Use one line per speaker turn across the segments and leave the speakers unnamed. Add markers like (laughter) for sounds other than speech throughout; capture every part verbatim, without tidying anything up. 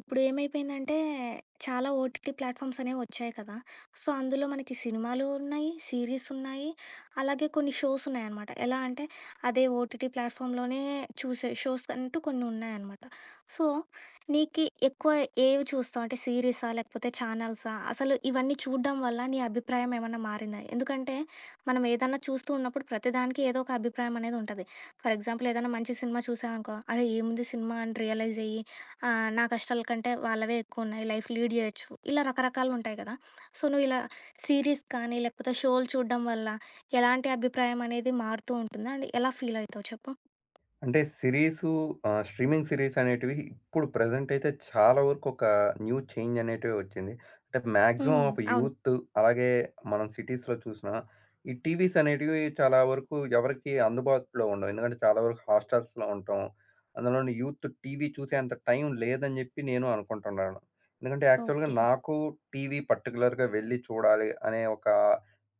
ఇప్పుడు ఏమైపోయిందంటే, చాలా ఓటీటీ ప్లాట్‌ఫామ్స్ అనేవి వచ్చాయి కదా! సో, అందులో మనకి సినిమాలు ఉన్నాయి, సీరీస్ ఉన్నాయి, అలాగే కొన్ని షోస్ ఉన్నాయన్నమాట. ఎలా అంటే, అదే ఓటీటీ ప్లాట్‌ఫామ్‌లోనే చూసే షోస్ అంటూ కొన్ని ఉన్నాయన్నమాట. సో, నీకి ఎక్కువ ఏవి చూస్తావు? అంటే సీరీసా? లేకపోతే ఛానల్సా? అసలు ఇవన్నీ చూడడం వల్ల నీ అభిప్రాయం ఏమన్నా మారిందా? ఎందుకంటే, మనం ఏదన్నా చూస్తూ ఉన్నప్పుడు ప్రతిదానికి ఏదో ఒక అభిప్రాయం అనేది ఉంటది. ఫర్ ఎగ్జాంపుల్ ఏదైనా మంచి సినిమా చూసామనుకో, అరే ఏముంది సినిమా అని రియలైజ్ అయ్యి, ఆ, నా కష్టాల కంటే వాళ్ళవే ఎక్కువ ఉన్నాయి, లైఫ్ లీడ్ చేయొచ్చు, ఇలా రకరకాలు ఉంటాయి కదా. సో నువ్వు ఇలా సిరీస్ కానీ లేకపోతే షోలు చూడడం వల్ల ఎలాంటి అభిప్రాయం అనేది మారుతూ ఉంటుంది అండ్ ఎలా ఫీల్ అవుతావు చెప్పు.
అంటే సిరీసు ఆహ్, స్ట్రీమింగ్ సిరీస్ అనేటివి ఇప్పుడు ప్రెజెంట్ అయితే చాలా వరకు ఒక న్యూ చేంజ్ అనేటివి వచ్చింది. అంటే మాక్సిమం
ఉమ్,
ఆఫ్
అవును.
యూత్ అలాగే మనం సిటీస్‌లో చూసినా ఈ టీవీస్ అనేటివి చాలా వరకు ఎవరికీ అందుబాటులో ఉండవు. ఎందుకంటే చాలా వరకు హాస్టల్స్‌లో ఉంటాం. అందులోని యూత్ టీవీ చూసే అంత టైం లేదని చెప్పి నేను అనుకుంటున్నాను. ఎందుకంటే యాక్చువల్‌గా
ఓకే,
నాకు టీవీ పర్టిక్యులర్‌గా వెళ్లి చూడాలి అనే ఒక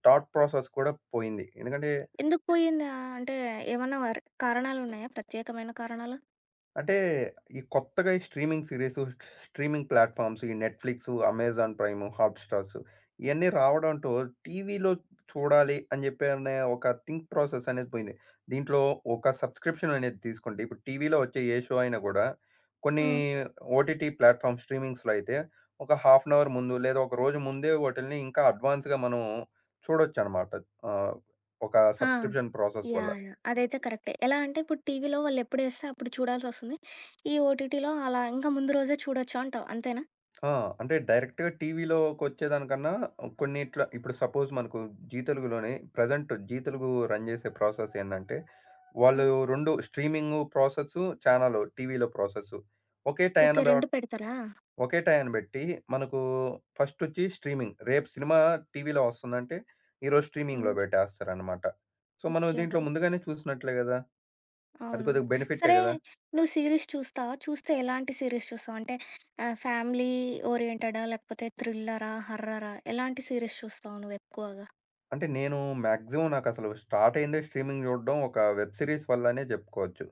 థాట్ ప్రాసెస్ కూడా పోయింది. ఎందుకంటే
ఎందుకు పోయిందా అంటే ఏమన్నా వర్- కారణాలు ఉన్నాయా, ప్రత్యేకమైన కారణాలు?
అంటే, ఈ కొత్తగా ఈ స్ట్రీమింగ్ సీరీస్, స్ట్రీమింగ్ ప్లాట్‌ఫార్మ్స్ ఈ నెట్‌ఫ్లిక్స్, అమెజాన్ ప్రైమ్, హాట్‌స్టార్స్ ఇయన్నీ రావడంతో టీవీలో చూడాలి అని చెప్పి అనే ఒక థింక్ ప్రాసెస్ అనేది పోయింది. దీంట్లో ఒక సబ్‌స్క్రిప్షన్ అనేది తీసుకుంటే, ఇప్పుడు టీవీలో వచ్చే ఏ షో అయినా కూడా కొన్ని
ఉమ్,
ఓటీటీ ప్లాట్‌ఫార్మ్ స్ట్రీమింగ్స్‌లో అయితే ఒక హాఫ్ అన్ అవర్ ముందు లేదా ఒక రోజు ముందే వాటిల్ని ఇంకా అడ్వాన్స్‌గా మనం చూడొచ్చనమాట. ఆహ్, ఒక
ఆ,
సబ్‌స్క్రిప్షన్ ప్రాసెస్
యా
వల్ల.
యా అదైతే కరెక్టే. ఎలా అంటే ఇప్పుడు టీవీలో వాళ్ళు ఎప్పుడు వేస్తే అప్పుడు చూడాల్సి వస్తుంది. ఈ ఓటీటీలో అలా ఇంకా ముందు రోజే చూడొచ్చు అంటావు, అంతేనా?
ఆ! అంటే డైరెక్ట్‌గా టీవీలోకొచ్చేదానికన్నా కొన్నిట్ల ఇప్పుడు సపోజ్ మనకు 'జీ తెలుగులోనే' ప్రెజెంట్ 'జీ తెలుగు' రన్ చేసే ప్రాసెస్ ఏందంటే, వాళ్ళు
ఉమ్,
రెండు స్ట్రీమింగు ప్రాసెసు, ఛానలు టీవీలో ప్రాసెసు. ఒకే
ఓకే,
టైయాన బె
రెండు పెడతారా?
ఒకే టైయాన బెట్టి మనకు ఫస్టొచ్చి స్ట్రీమింగ్. రేపు సినిమా టీవీలో వస్తుందంటే, ఈరోజు స్ట్రీమింగ్‌లో
ఉమ్.
బెట్టేస్తారనమాట. సో, మనం
ఓకే
దీంట్లో
ఓకే,
ముందుగానే చూసినట్లే గదా! అది
అవునవును.
కొద్దిగా బెనిఫిట్టే
సరే,
గదా!
నువ్వు సీరీస్ చూస్తావా? చూస్తే ఎలాంటి సీరీస్ చూస్తావు? అంటే ఆహ్, ఫ్యామిలీ ఓరియెంటెడా? లేకపోతే థ్రిల్లరా? హర్రరా? ఎలాంటి సీరీస్ చూస్తావు నువ్వెక్కువగా?
అంటే నేను మాక్సిమం నాకసలు స్టార్ట్ అయిందే స్ట్రీమింగ్ చూడడం ఒక వెబ్ సిరీస్ వల్లనే చెప్పుకోవచ్చు.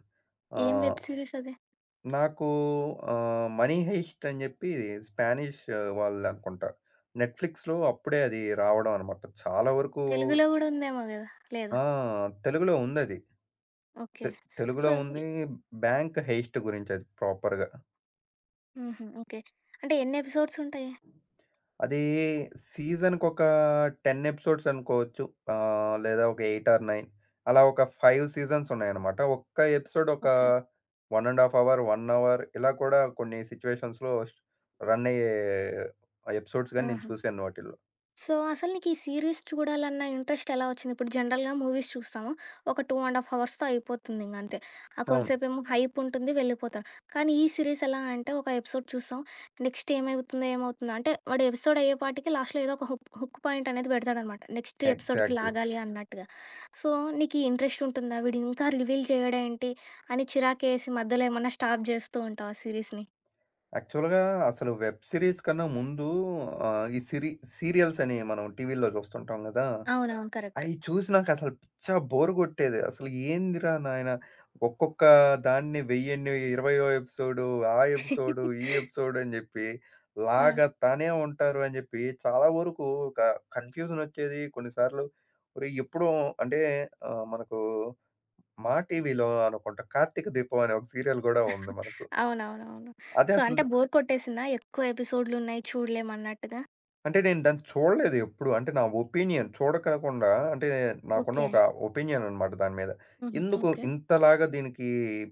ఏం
ఆహ్,
వెబ్ సీరీస్ అది?
నాకు ఆహ్, 'మనీ హెయిస్ట్' అని చెప్పి స్పానిష్ వాళ్ళదనుకుంటా. నెట్‌ఫ్లిక్స్‌లో అప్పుడే అది రావడం అనమాట. చాలా వరకు
తెలుగులో గూడా ఉందేమో గదా! లేదా?
ఆ! తెలుగులో ఉందది.
ఓకే.
తె
సో
తెలుగులో ఉంది. బ్యాంక్ హెయిస్ట్ గురించి అది ప్రాపర్‌గా.
హుహు. ఓకే. అంటే ఎన్ని ఎపిసోడ్స్ ఉంటాయి?
అది సీజన్‌కొక పది ఎపిసోడ్స్ అనుకోవచ్చు. ఆహ్, లేదా ఒక ఎనిమిది ఆర్ తొమ్మిది అలా ఒక ఐదు సీజన్స్ ఉన్నాయన్నమాట. ఒక్క ఎపిసోడ్ ఒక
ఓకే.
ఒకటిన్నర ½ అవర్, ఒక అవర్ ఇలా కూడా కొన్ని సిట్యుయేషన్స్‌లో రన్ అయ్యే ఎపిసోడ్స్ గాని నేను
ఆహా!
చూశాను వాటిల్లో.
సో, అసలు నీకీ సీరీస్ చూడాలన్న ఇంట్రెస్ట్ ఎలా వచ్చింది? ఇప్పుడు జనరల్‌గా మూవీస్ చూస్తాము. ఒక రెండున్నర ½ అవర్స్‌తో అయిపోతుందింక అంతే. ఆ
అవును.
కొంతసేపేమో హైప్ ఉంటుంది, వెళ్ళిపోతారు. కానీ ఈ సీరీస్ ఎలా అంటే ఒక ఎపిసోడ్ చూస్తాం. నెక్స్ట్ ఏమవుతుందో, ఏమవుతుందో అంటే వాడు ఎపిసోడ్ అయ్యేపాటికి లాస్ట్‌లో ఏదో ఒక హుక్ హుక్ పాయింట్ అనేది పెడతాడనమాట. Next ఎపిసోడ్‌కి
exactly.
లాగాలి అన్నట్టుగా. సో, నీకీ ఇంట్రెస్ట్ ఉంటుందా? వీడు ఇంకా రివీల్ చేయడేంటి అని చిరాకేసి మధ్యలో ఏమన్నా స్టాప్ జేస్తూ ఉంటావా సీరీస్‌ని?
యాక్చువల్‌గా అసలు వెబ్ సీరీస్ కన్నా ముందు ఆహ్, ఈ సిరీ సీరియల్స్ అని మనం టీవీలో చూస్తుంటాం గదా!
అవునవును, కరెక్ట్.
అయి చూసి నాకసలు పిచ్చా బోర్ గొట్టేది. అసలు ఏందిరా నాయన! ఒక్కొక్క దాన్ని వెయ్యన్ని ఇరవై ఎపిసోడు, ఆ ఎపిసోడు, ఈ ఎపిసోడు అని జెప్పి
ఆ!
లాగతానే ఉంటారు అని జెప్పి చాలా వరకు ఒక కన్‌ఫ్యూజనొచ్చేది. కొన్నిసార్లు ఒరేయ్! ఎప్పుడూ అంటే ఆహ్, మనకు మా టీవీలో అనుకుంటా 'కార్తీక దీపం' అనే ఒక సీరియల్ గూడా ఉంది మనకు.
అవునవునవును. సో,
అదసలు
అంటే బోర్ కొట్టేసిందా? ఎక్కువ ఎపిసోడ్‌లున్నాయి చూడలేమన్నట్టుగా.
అంటే నేను దాన్ని చూడలేదు ఎప్పుడు. అంటే నా ఒపీనియన్ చూడకకుండా అంటే నాకున్న
ఓకే.
ఒక ఒపీనియన్ అనమాట దాని మీద.
హుహు.
ఎందుకు
ఓకే.
ఇంతలాగా దీనికి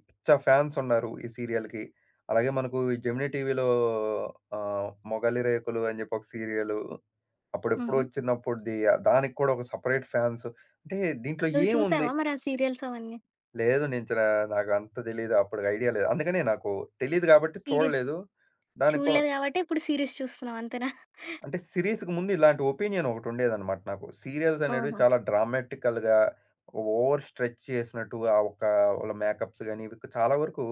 పిచ్చ ఫ్యాన్స్ ఉన్నారు ఈ సీరియల్‌కి. అలాగే మనకు ఈ జెమినీ టీవీలో ఆహ్, 'మొగలి రేకులు' అని చెప్పి ఒక సీరియలు. అప్పుడెప్పుడో
హుహు.
వచ్చినప్పుడుది దానికి కూడా ఒక సెపరేట్ ఫ్యాన్స్. అంటే దీంట్లో
నువ్వు
ఏముంది?
చూసావా మరి ఆ సీరియల్స్ అవన్నీ?
లేదు నేను చ నాకు అంత తెలీదు. అప్పటికి ఐడియా లేదు. అందుకనే నాకు తెలీదు కాబట్టి
సీరీస్
చూడలేదు. దానికో
చూడలేదు గాబట్టి ఇప్పుడు సీరీస్ చూస్తున్నావు అంతేనా?
అంటే సీరీస్‌కి ముందు ఇలాంటి ఒపీనియన్ ఒకటుండేదనమాట నాకు. సీరియల్స్ అనేటివి
ఓహో!
చాలా డ్రామాటికల్‌గా, ఓవర్ స్ట్రెచ్ చేసినట్టు ఆ ఒక్క వాళ్ళ మేకప్స్ గాని, ఇవి చాలా వరకు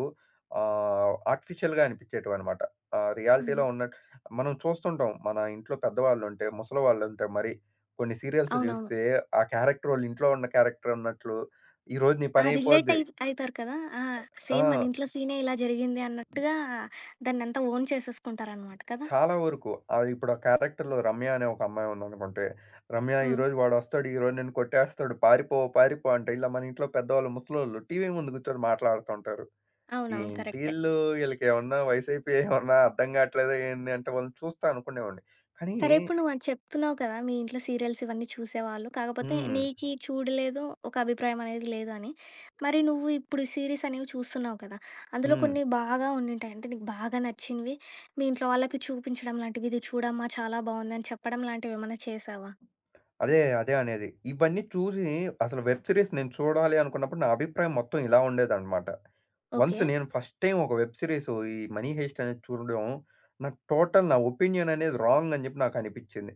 ఆహ్, ఆర్టిఫిషియల్‌గా అనిపించేటివనమాట. ఆహ్,
హుహు.
రియాలిటీలో ఉన్నట్టు మనం చూస్తుంటాం. మన ఇంట్లో పెద్దవాళ్ళుంటే, ముసలివాళ్ళుంటే మరి కొన్ని సీరియల్స్
అవునవును.
చూస్తే, ఆ క్యారెక్టర్ వాళ్ళ ఇంట్లో ఉన్న క్యారెక్టర్ ఉన్నట్లు, "ఈరోజు నీ
ఆ! రిలేట్
పనైపోద్ది"
అయి అయితారు కదా! ఆ! సేమ్ మన
ఆ!
ఇంట్లో సీనే ఇలా జరిగింది అన్నట్టుగా దాన్నంతా ఓన్ చేసేసుకుంటారనమాట కదా!
చాలా వరకు. ఆహ్, ఇప్పుడు ఆ క్యారెక్టర్‌లో రమ్య అనే ఒక అమ్మాయి ఉందనుకుంటే, రమ్య
హ్మ్.
ఈరోజు వాడొస్తాడు, ఈరోజు నిన్ను కొట్టేస్తాడు, పారిపో, పారిపో అంటే ఇలా మన ఇంట్లో పెద్దవాళ్ళు, ముసలోళ్ళు టీవీ ముందు కూర్చొని మాట్లాడుతుంటారు.
అవునవును,
ఏంటి
కరెక్టే.
ఈళ్ళు ఈళ్ళకేమన్నా వయసైపోయి ఏమన్నా అర్థం కావట్లేదా ఏంది అంటే వాళ్ళని చూస్తా అనుకునేవాడిని. కానీ
సరే ఇప్పుడు నువ్వు అది చెప్తున్నావు కదా! మీ ఇంట్లో సీరియల్స్ ఇవన్నీ చూసేవాళ్ళు. కాకపోతే
హ్మ్.
నీకీ చూడలేదు, ఒక అభిప్రాయం అనేది లేదు అని. మరి నువ్వు ఇప్పుడు సీరీస్ అనేవి చూస్తున్నావు కదా! అందులో
హ్మ్.
కొన్ని బాగా ఉండింటాయి. అంటే నీకు బాగా నచ్చినవి మీ ఇంట్లో వాళ్ళకి చూపించడం లాంటివి, "ఇది చూడమ్మా చాలా బావుంది" అని చెప్పడం లాంటివేమన్నా చేశావా?
అదే. అదే అనేది. ఇవన్నీ చూసి అసలు వెబ్ సీరీస్ నేను చూడాలి అనుకున్నప్పుడు నా అభిప్రాయం మొత్తం ఇలా ఉండేదనమాట.
ఓకే.
వన్స్ నేను ఫస్ట్ టైం ఒక వెబ్ సీరీస్ ఈ 'మనీ హెయిస్ట్' అనేది చూడడం నా టోటల్ నా ఒపీనియన్ అనేది రాంగ్ అని చెప్పి నాకు అనిపించింది.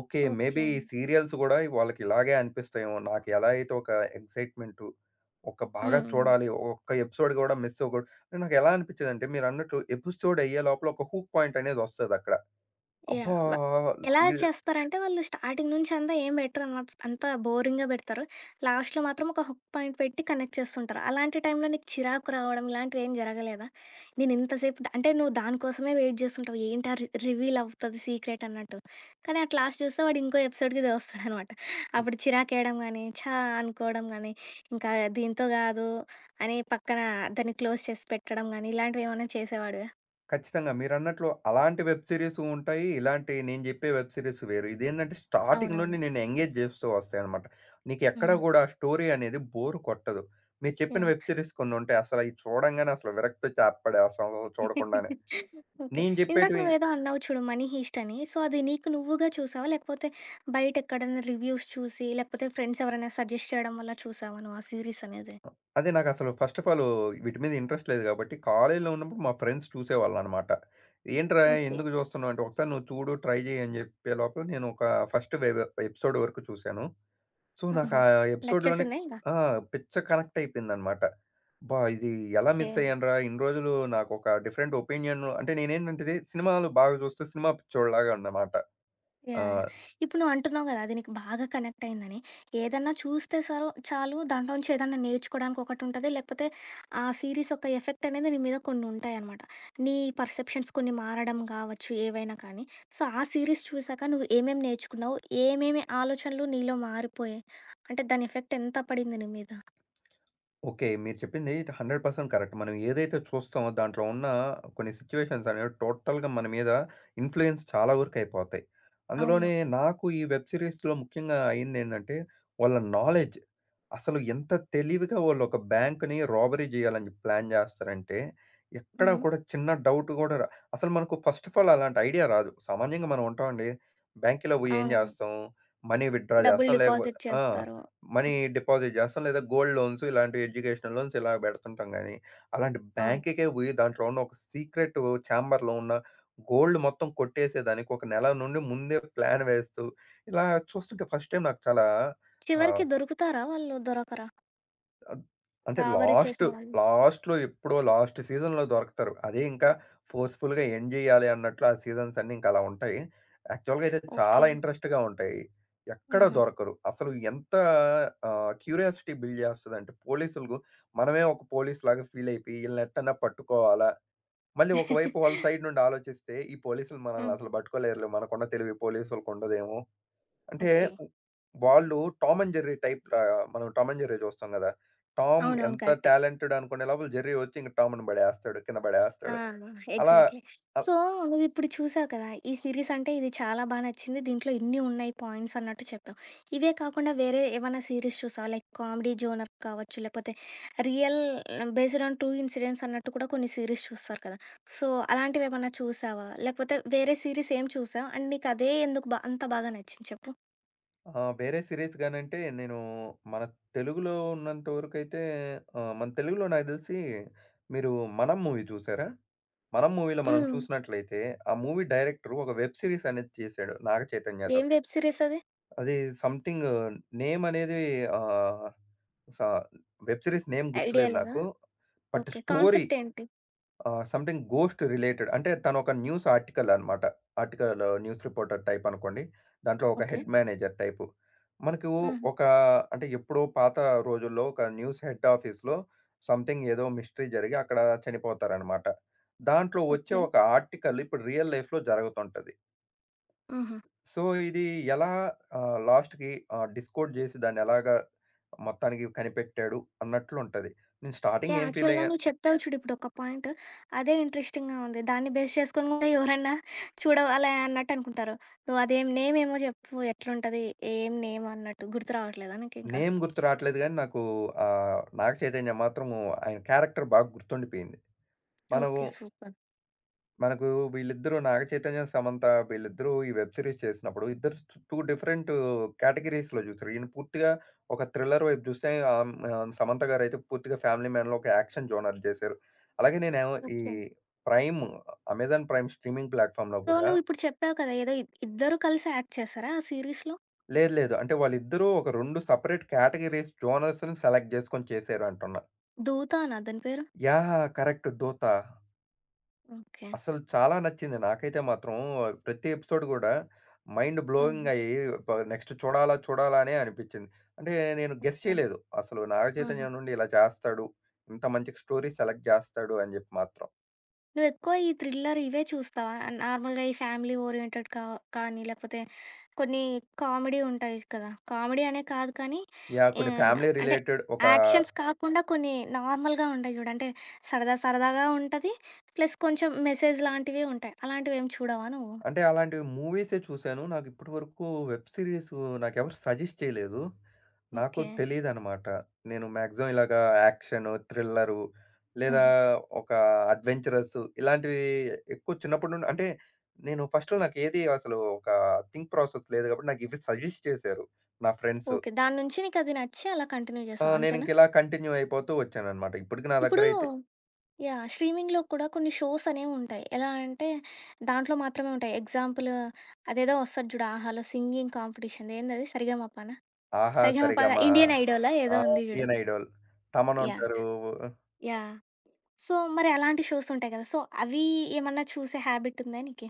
ఓకే. Maybe
okay.
ఈ సీరియల్స్ కూడా వాళ్ళకి ఇలాగే అనిపిస్తాయేమో. నాకు ఎలా అయితే ఒక ఎక్సైట్‌మెంటు, ఒక బాగా
హ్మ్. హ్మ్.
చూడాలి. ఒక్క ఎపిసోడ్ కూడా మిస్ అవ్వకూడదు. అంటే నాకు ఎలా అనిపించేదంటే మీరన్నట్టు ఎపిసోడ్ అయ్యే లోపల ఒక హూక్ పాయింట్ అనేది వస్తదక్కడ.
యాహ్!
అబ్బా!
వ ఎలా
ఈ
చేస్తారంటే వాళ్ళు స్టార్టింగ్ నుంచి అంతా ఏం పెట్టరనమాట. అంతా బోరింగ్‌గా పెడతారు. లాస్ట్‌లో మాత్రం ఒక హుక్ పాయింట్ పెట్టి కనెక్ట్ చేస్తుంటారు. అలాంటి టైంలో నీకు చిరాకు రావడం ఇలాంటివి ఏం జరగలేదా? నేను ఇంతసేపు ద అంటే నువ్వు దానికోసమే వెయిట్ చేస్తుంటావు. ఏంటా రి రివీల్ అవుతది సీక్రెట్ అన్నట్టు. కానీ అట్ లాస్ట్ చూస్తే వాడు ఇంకో ఎపిసోడ్‌కి దోస్తాడనమాట. అప్పుడు చిరాకేయడం గానీ, ఛా! అనుకోవడం గానీ, ఇంకా దీంతో కాదు అని పక్కన దాన్ని క్లోజ్ చేసి పెట్టడం గానీ, ఇలాంటివి ఏమైనా చేసేవాడివా?
ఖచ్చితంగా. మీరన్నట్లు అలాంటి వెబ్ సీరీసు ఉంటాయి. ఇలాంటి నేను జెప్పే వెబ్ సీరీస్ వేరు. ఇదేందంటే స్టార్టింగ్
అవునవును.
నుండి నేను ఎంగేజ్ జేస్తూ వస్తాయన్నమాట. నీకెక్కడ
హుహు.
గూడా స్టోరీ అనేది బోర్ కొట్టదు. మీరు చెప్పిన
యాహ్!
Web series కొన్నుంటాయి. అసలు అయి చూడంగానే అసలు విరక్తొచ్చి ఆపపడేస్తాం చూడకుండానే.
ఓకే.
నేను
ఇందాక
జెప్పేటివి
నువ్వేదో అన్నావు చూడు 'మనీ హీస్ట్' అని. సో, అది నీకు నువ్వుగా చూసావా? లేకపోతే బయటెక్కడన్నా రివ్యూస్ చూసి, లేకపోతే ఫ్రెండ్స్ ఎవరైనా సజెస్ట్ చేయడం వల్ల చూసావా నువ్వు ఆ సీరీసనేది?
అ అదే నాకసలు ఫస్ట్ ఆఫ్ ఆల్ వీటి మీద ఇంట్రెస్ట్ లేదు గాబట్టి, కాలేజీలో ఉన్నప్పుడు మా ఫ్రెండ్స్ చూసేవాళ్ళనమాట. "ఏంట్రా
ఓకే.
ఎందుకు జూస్తున్నావు?" అంటే, "ఒకసారి నువ్వు చూడు, ట్రై జెయి" అని జెప్పే లోపల నేను ఒక ఫస్ట్ వెబ్ ఎపిసోడ్ వరకు చూశాను. సో, నాకా
హుహు.
ఎపిసోడ్‌లోనే
నచ్చేసిందా ఇంగ?
ఆ! పిచ్చ కనెక్ట్ అయిపోయిందనమాట. అబ్బా! ఇది ఎలా
ఓకే.
మిస్ అయ్యానురా! ఇన్ని రోజులు నాకొక డిఫరెంట్ ఒపీనియన్ అంటే నేనేంటంటే, సినిమాలు బాగా చూస్తూ సినిమా పిచ్చోడిలాగా అన్నమాట. ఆ!
యాహ్! యాహ్! ఇప్పుడు నువ్వు అంటున్నావు కదా! అది నీకు బాగా కనెక్ట్ అయిందని. ఏదన్నా చూస్తే సరు చాలు దాంట్లో నుంచి ఏదన్నా నేర్చుకోవడానికి ఒకటుంటది. లేకపోతే ఆ సీరీస్ యొక్క ఎఫెక్ట్ అనేది నీ మీద కొన్ని ఉంటాయనమాట. నీ పర్సెప్షన్స్ కొన్ని మారడం కావచ్చు ఏవైనా కానీ. సో, ఆ సీరీస్ చూసాక నువ్వు ఏమేమి నేర్చుకున్నావు? ఏమేమి ఆలోచనలు నీలో మారిపోయాయి? అంటే దాని ఎఫెక్ట్ ఎంత పడింది నీ మీద?
ఓకే. మీరు చెప్పింది వంద శాతం కరెక్ట్. మనం ఏదైతే చూస్తామో దాంట్లో ఉన్న కొన్ని సిట్యుయేషన్స్ అనేవి టోటల్‌గా మన మీద ఇన్‌ఫ్లూయెన్స్ చాలా వరకు అయిపోతాయి.
అవును.
అందులోనే నాకు ఈ వెబ్ సీరీస్‌లో ముఖ్యంగా అయిందేంటంటే వాళ్ళ నాలెడ్జ్. అసలు ఎంత తెలివిగా వాళ్ళు ఒక బ్యాంక్‌ని రాబరీ చేయాలని చెప్పి ప్లాన్ చేస్తారంటే ఎక్కడ
హ్మ్.
కూడా చిన్న డౌట్ కూడా రా అసలు మనకు ఫస్ట్ ఆఫ్ ఆల్ అలాంటి ఐడియా రాదు. సామాన్యంగా మనం ఉంటామండి. బ్యాంక్‌లో పోయి ఏం
అవునవును.
చేస్తాం? మనీ విత్‌డ్రా
డబ్బులు
చేస్తాం. లేకపోతే
డిపాజిట్
ఆ!
చేస్తారు.
మనీ
హ్మ్.
డిపాజిట్ జేస్తాం. లేదా గోల్డ్ లోన్స్ ఇలాంటి ఎడ్యుకేషనల్ లోన్స్ ఇలా బెడుతుంటాం గానీ, అలాంటి
అవును.
బ్యాంక్‌కే బోయి దాంట్లో ఉన్న ఒక సీక్రెట్ చాంబర్‌లో ఉన్న గోల్డ్ మొత్తం కొట్టేసేదానికి ఒక నెల నుండి ముందే ప్లాన్ వేస్తూ ఇలా చూస్తుంటే ఫస్ట్ టైమ్ నాకు చాలా
చివరికి
ఆహ్
దొరుకుతారా? వాళ్ళు దొరకరా?
అద్ అంటే
రాబరీ
లాస్ట్,
చేసిన వాళ్ళు?
లాస్ట్‌లో ఎప్పుడో లాస్ట్ సీజన్‌లో దొరకతారు. అదే ఇంకా ఫోర్స్‌ఫుల్‌గా ఎండ్ చేయాలి అన్నట్లు ఆ సీజన్స్ అన్నీ ఇంకా అలా ఉంటాయి. యాక్చువల్‌గా అయితే
ఓకే.
చాలా ఇంట్రెస్ట్‌గా ఉంటాయి. ఎక్కడ
హుహు.
దొరకరు. అసలు ఎంత ఆహ్, క్యూరియాసిటీ బిల్డ్ చేస్తదంటే పోలీసులకు మనమే ఒక పోలీస్‌లాగా ఫీల్ అయిపోయి ఈళ్ళని ఎట్టన్నా పట్టుకోవాలా? మళ్ళీ ఒకవైపు వాళ్ళ సైడ్ నుండి ఆలోచిస్తే ఈ పోలీసులు మనల్ని
హ్మ్.
అసలు పట్టుకోలేరులే మనకున్న తెలివి పోలీసులకుండదేమో! అంటే
ఓకే.
ఉ వాళ్ళు 'టామ్ అండ్ జెర్రీ' టైప్ ఆహ్, మనం 'టామ్ అండ్ జెర్రీ' చూస్తాం కదా! టామ్
అవునవును,
ఎంత
కరెక్టే.
టాలెంటెడ్ అనుకునే లోపల జెర్రీ వచ్చి ఇంక టామ్‌ని పడేస్తాడు. కింద
ఆ!
పడేస్తాడు. అలా
ఎగ్జాక్ట్‌లీ.
అ
సో, నువ్విప్పుడు చూసావు కదా! ఈ సీరీస్ అంటే ఇది చాలా బా నచ్చింది. దీంట్లో ఇన్ని ఉన్నాయి పాయింట్స్ అన్నట్టు చెప్పావు. ఇవే కాకుండా వేరే ఏమైనా సీరీస్ చూసావా? లైక్ కామెడీ జోనర్ కావచ్చు, లేకపోతే real based on true incidents అన్నట్టు కూడా కొన్ని సీరీస్ చూస్తారు కదా! సో, అలాంటివేమన్నా చూసావా? లేకపోతే వేరే సీరీస్ ఏం చూసావు? అండ్ నీకదే ఎందుకు బా అంత బాగా నచ్చింది చెప్పు?
ఆహ్, వేరే సీరీస్ గానంటే నేను మన తెలుగులో ఉన్నంత వరకైతే ఆహ్, మన తెలుగులో నాకు తెలిసి మీరు 'మనం' మూవీ చూసారా? 'మనం' మూవీలో మనం
హ్మ్.
చూసినట్లయితే ఆ మూవీ డైరెక్టర్ ఒక వెబ్ సీరీస్ అనేది చేశాడు 'నాగ
ఏం
చైతన్యతో'.
వెబ్ సీరీస్ అది?
అది సంథింగ్ నేమ్ అనేది ఆహ్, స వెబ్ సీరీస్ నేమ్
ఐడియా
గుర్తులేదు
లేదా?
నాకు. But
okay.
స్టోరీ
కాన్సెప్ట్ ఏంటి?
ఆహ్, సంథింగ్ గోస్ట్ రిలేటెడ్ అంటే తను ఒక న్యూస్ ఆర్టికల్ అన్నమాట. ఆర్టికల్ న్యూస్ రిపోర్టర్ టైప్ అనుకోండి. దాంట్లో ఒక
ఓకే.
Head manager type. మనకు
హుహు.
ఒక అంటే ఎప్పుడో పాత రోజుల్లో ఒక న్యూస్ హెడ్ ఆఫీస్‌లో సంథింగ్ ఏదో మిస్టరీ జరిగి అక్కడ చనిపోతారన్నమాట. దాంట్లో వచ్చే
ఓకే.
ఒక ఆర్టికల్ ఇప్పుడు రియల్ లైఫ్‌లో జరుగుతుంటది.
ఆహా!
సో, ఇది ఎలా ఆహ్, లాస్ట్‌కి ఆహ్, డిస్కోడ్ జేసి దాన్నెలాగా మొత్తానికి కనిపెట్టాడు అన్నట్లుంటది. నేను స్టార్టింగ్
యాహ్!
ఏం
యాక్చువల్‌గా
ఫీలయ్యా
నువ్వు చెప్పావు చూడు ఇప్పుడొక పాయింట్. అదే ఇంట్రెస్టింగ్‌గా ఉంది. దాన్ని బేస్ చేసుకొని కూడా ఎవరన్నా చూడవాలే అన్నట్టు అనుకుంటారు. నువ్వు అదేం నేమేమో జెప్పు ఎట్లుంటది? ఏం నేమ్ అన్నట్టు గుర్తు రావట్లేదా నీకింకా?
నేమ్ గుర్తు రాట్లేదు గానీ నాకు ఆహ్, నాగ చైతన్య మాత్రం ఆయన క్యారెక్టర్ బాగా గుర్తుండిపోయింది. మనము
ఓకే, సూపర్.
మనకు వీళ్ళిద్దరూ 'నాగ చైతన్య', 'సమంత' వీళ్ళిద్దరూ ఈ వెబ్ సీరీస్ చేసినప్పుడు ఇద్దరు స్ రెండు డిఫరెంట్ కేటగిరీస్‌లో చూసారు. ఈయన పూర్తిగా ఒక థ్రిల్లర్ వైపు చూస్తే ఆహ్, ఆహ్, 'సమంత' గారైతే పూర్తిగా ఫ్యామిలీ మ్యాన్‌లో ఒక యాక్షన్ జోనర్ చేశారు. అలాగే నేనేమో ఈ
okay.
Prime, amazon prime streaming ప్లాట్‌ఫామ్‌లో
సో,
కూడా
నువ్విప్పుడు చెప్పావు కదా! ఏదో ఇద్ ఇద్దరు కలిసి యాక్ట్ చేశారా ఆ సీరీస్‌లో?
లేదు, లేదు. అంటే వాళ్ళిద్దరూ ఒక రెండు సెపరేట్ కేటగిరీస్ జోనర్స్‌ని సెలెక్ట్ చేసుకొని చేశారు అంటున్నా.
'దూతానా' దాని పేరు?
యాహ్! కరెక్ట్ 'దూత'.
ఓకే.
అసలు చాలా నచ్చింది. నాకైతే మాత్రం ప్రతి ఎపిసోడ్ గూడా మైండ్
ఆహా!
బ్లోయింగ్ అయ్యి ప నెక్స్ట్ చూడాలా, చూడాలా అనే అనిపిచ్చింది. అంటే నేను గెస్
యాహ్!
చేయలేదు. అసలు
ఆహా!
'నాగచైతన్య' నుండి ఇలా చేస్తాడు. ఇంత మంచి స్టోరీ సెలెక్ట్ చేస్తాడు అని జెప్పి మాత్రం.
నువ్వెక్కువ ఈ థ్రిల్లర్ ఇవే చూస్తావా? నార్మల్‌గా ఈ ఫ్యామిలీ ఓరియెంటెడ్ కా కానీ, లేకపోతే కొన్ని కామెడీ ఉంటాయి కదా! కామెడీ అనే కాదు కానీ,
యాహ్! కొన్ని
ఆహ్,
ఫ్యామిలీ
అంటే
రిలేటెడ్ ఒక
యాక్షన్స్ కాకుండా కొన్ని నార్మల్‌గా ఉంటాయి చూడు. అంటే సరదా సరదాగా ఉంటది. ప్లస్ కొంచెం మెసేజ్ లాంటివి ఉంటాయి. అలాంటివేం చూడవా నువ్వు?
అంటే అలాంటి మూవీసే చూశాను. నాకు ఇప్పటివరకు వెబ్ సీరీస్ నాకెవరు సజెస్ట్ చేయలేదు. నాకు
ఓకే.
తెలీదనమాట. నేను మాక్సిమం ఇలాగా యాక్షను, థ్రిల్లరు లేదా
ఆహా!
ఒక అడ్వెంచరస్ ఇలాంటివి ఎక్కువ చిన్నప్పటి నుండి అంటే నేను ఫస్ట్‌లో నాకేది అసలు ఒక థింక్ ప్రాసెస్ లేదు కాబట్టి నాకు ఇవి సజెస్ట్ చేశారు నా ఫ్రెండ్సు.
ఓకే, దాని నుంచి నీకది నచ్చి అలా కంటిన్యూ
ఆ!
చేసావు అంతేనా?
నేనింక ఇలా కంటిన్యూ అయిపోతూ వచ్చాననమాట. ఇప్పటికి నా
ఇప్పుడు
దగ్గరైతే
యాహ్! స్ట్రీమింగ్‌లో కూడా కొన్ని షోస్ అనేవుంటాయి. ఎలా అంటే దాంట్లో మాత్రమే ఉంటాయి. ఎగ్జాంపుల్ అదేదో వస్తది చూడు 'ఆహాలో' సింగింగ్ కాంపిటీషన్‌ది ఏందది 'సరిగమపనా'?
'ఆహా!
'సరిగమప' కాదు
సరిగమ',
'ఇండియన్ ఐడోలా' ఏదో
ఆ!
ఉంది చూడు.
'Indian Idol', 'Thaman'
yeah!
ఉంటారు.
యాహ్! సో, మరి అలాంటి షోస్ ఉంటాయి కదా! సో, అవి ఏమన్నా చూసే హాబిట్ ఉందా నీకి?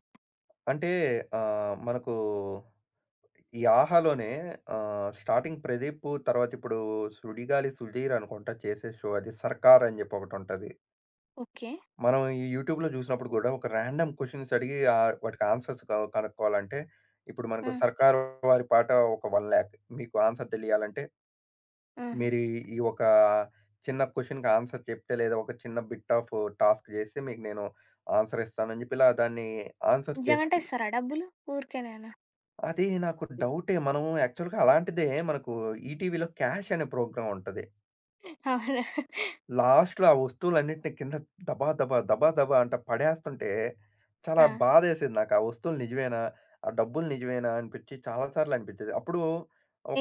అంటే ఆహ్, మనకు ఈ 'ఆహా'లోనే ఆహ్, స్టార్టింగ్ 'ప్రదీప్' తర్వాత ఇప్పుడు 'సుడిగాలి సుధీర్' అనుకుంటా చేసే షో అది 'సర్కార్' అని చెప్పి ఒకటుంటది.
ఓకే.
మనం ఈ యూట్యూబ్‌లో చూసినప్పుడు కూడా ఒక రాండమ్ క్వెషన్స్ అడిగి ఆహ్, వాటికి ఆన్సర్స్ క కనుక్కోవాలంటే ఇప్పుడు మనకు
ఆ!
'సర్కార్' వారి పాట ఒక 1,00,000 మీకు ఆన్సర్ తెలియాలంటే
ఆహా!
మీరు ఈ ఈ ఒక చిన్న క్వెషన్‌కి ఆన్సర్ చెప్తే లేదా ఒక చిన్న బిట్ ఆఫ్ టాస్క్ చేస్తే మీకు నేను ఆన్సర్ ఇస్తాను అని చెప్పి ఇలా దాన్ని ఆన్సర్ గెస్
నిజంగంటే ఇస్తారా డబ్బులు? ఊరికేనేనా?
అది నాకు డౌటే. మనం యాక్చువల్‌గా అలాంటిదే మనకు ఈటీవీలో 'క్యాష్' అనే ప్రోగ్రామ్ ఉంటది.
అవునా?
లాస్ట్‌లో ఆ వస్తువులన్నిటిని కింద దబా దబా, దబా దబా అంట పడేస్తుంటే చాలా
ఆ!
బాధేసేది నాకు. ఆ వస్తువులు నిజమేనా? ఆ డబ్బులు నిజమేనా అనిపిచ్చి చాలా సార్లు అనిపిచ్చేది. అప్పుడు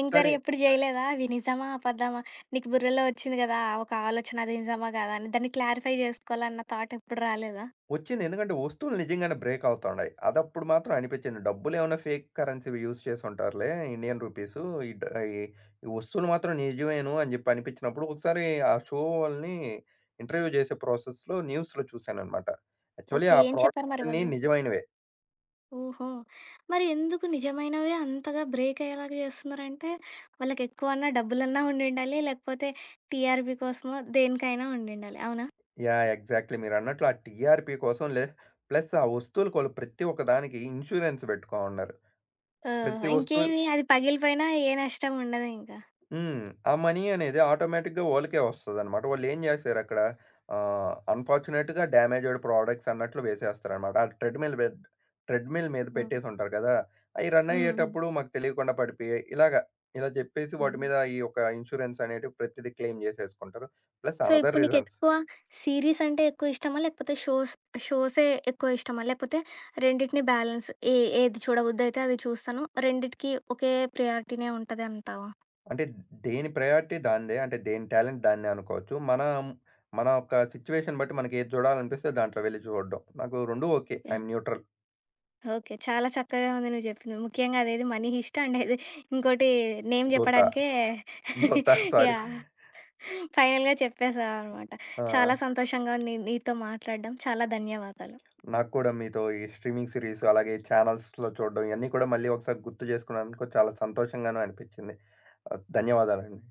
ఎంక్వైరీ ఎప్పుడు జేయలేదా? అవి నిజమా? అబద్ధమా? నీకు బుర్రలో వచ్చింది గదా! ఒక ఆలోచన అది నిజమా? కాదా? అని దాన్ని క్లారిఫై జేసుకోవాలన్న థాట్ ఎప్పుడు రాలేదా?
వచ్చింది. ఎందుకంటే వస్తువులు నిజంగానే బ్రేక్ అవుతున్నాయి. అదప్పుడు మాత్రం అనిపించింది. డబ్బులేమన్నా ఫేక్ కరెన్సీవి యూజ్ చేసుంటారులే ఇండియన్ రూపీసు. ఈ డ ఈ ఈ వస్తువులు మాత్రం నిజమేను అని జెప్పి అనిపించినప్పుడు ఒకసారి ఆ షో వాళ్ళని ఇంటర్వ్యూ చేసే ప్రాసెస్‌లో న్యూస్‌లో చూశాననమాట. Actually
okay.
ఆ
ఏం చెప్పారు
ప్రోడక్ట్స్
మరి
అన్నీ
వాళ్ళు?
నిజమైనవే.
ఓహో! మరి ఎందుకు నిజమైనవే అంతగా బ్రేక్ అయ్యేలాగా జేస్తున్నారంటే, వాళ్ళకి ఎక్కువన్నా డబ్బులన్నా ఉండిండాలి, లేకపోతే టీఆర్‌పీ కోసమో దేనికైనా ఉండిండాలి. అవునా?
యాహ్! ఎగ్జాక్ట్‌లీ మీరన్నట్లు ఆ టీఆర్‌పీ కోసం లే ప్లస్ ఆ వస్తువులకు వాళ్ళు ప్రతి ఒక్క దానికి ఇన్స్యూరెన్స్ పెట్టుకోనున్నారు.
ఓహ్!
ప్రతి వస్తువు
ఇంకేమి అది పగిలిపోయినా ఏ నష్టం ఉండదింకా.
హ్మ్. ఆ మనీ అనేది ఆటోమేటిక్‌గా వాళ్ళకే వస్తదనమాట. వాళ్ళేం జేశారక్కడ ఆహ్, అన్‌ఫార్చునేట్‌గా డ్యామేజ్డ్ ప్రొడక్ట్స్ అన్నట్లు వేసేస్తారనమాట. ఆ ట్రెడ్‌మిల్ బెడ్ ట్రెడ్‌మిల్ మీద
హ్మ్.
పెట్టేసుంటారు కదా! అయి రన్
హ్మ్. హ్మ్.
అయ్యేటప్పుడు మాకు తెలియకుండా పడిపోయాయి. ఇలాగ ఇలా జెప్పేసి వాటి
హ్మ్.
మీద ఈ యొక్క ఇన్స్యూరెన్స్ అనేటివి ప్రతిది క్లెయిమ్ జేసేసుకుంటారు. ప్లస్
సో,
అనదర్
ఇప్పుడు
రీజన్స్.
నీకెక్కువ సీరీస్ అంటే ఎక్కువ ఇష్టమా? లేకపోతే షోస్ షోసే ఎక్కువ ఇష్టమా? లేకపోతే రెండిటిని బ్యాలెన్స్ ఏ ఏది చూడబుద్దయితే అది చూస్తాను. రెండిటికి ఒకే ప్రయారిటీనే ఉంటదంటావా?
అంటే దేని ప్రయారిటీ దానిదే. అంటే దేని టాలెంట్ దాన్నే అనుకోవచ్చు. మనం మన యొక్క సిట్యుయేషన్ బట్టి మనకేది జూడాలనిపిస్తే దాంట్లో వెళ్లి జూడడం. నాకు రెండూ okay. I
yeah!
Am neutral.
Okay. Okay, చాలా చక్కగా ఉంది నువ్వు జెప్పింది. ముఖ్యంగా అదేది మనీ హిస్ట్ అండ్ ఇది ఇంకోటి నేమ్
దూత.
జెప్పడానికే
నో త సారీ.
యాహ్! ఫైనల్‌గా చెప్పేసావనమాట. (laughs)
ఆహ్,
చాలా సంతోషంగా ఉంది నీతో మాట్లాడడం. చాలా ధన్యవాదాలు.
నాకు కూడా మీతో ఈ స్ట్రీమింగ్ సీరీస్ అలాగే ఛానల్స్‌లో చూడడం ఇయన్నీ కూడా మళ్ళీ ఒకసారి గుర్తు చేసుకున్నందుకు చాలా సంతోషంగాను అనిపించింది. ఆహ్, ధన్యవాదాలండి.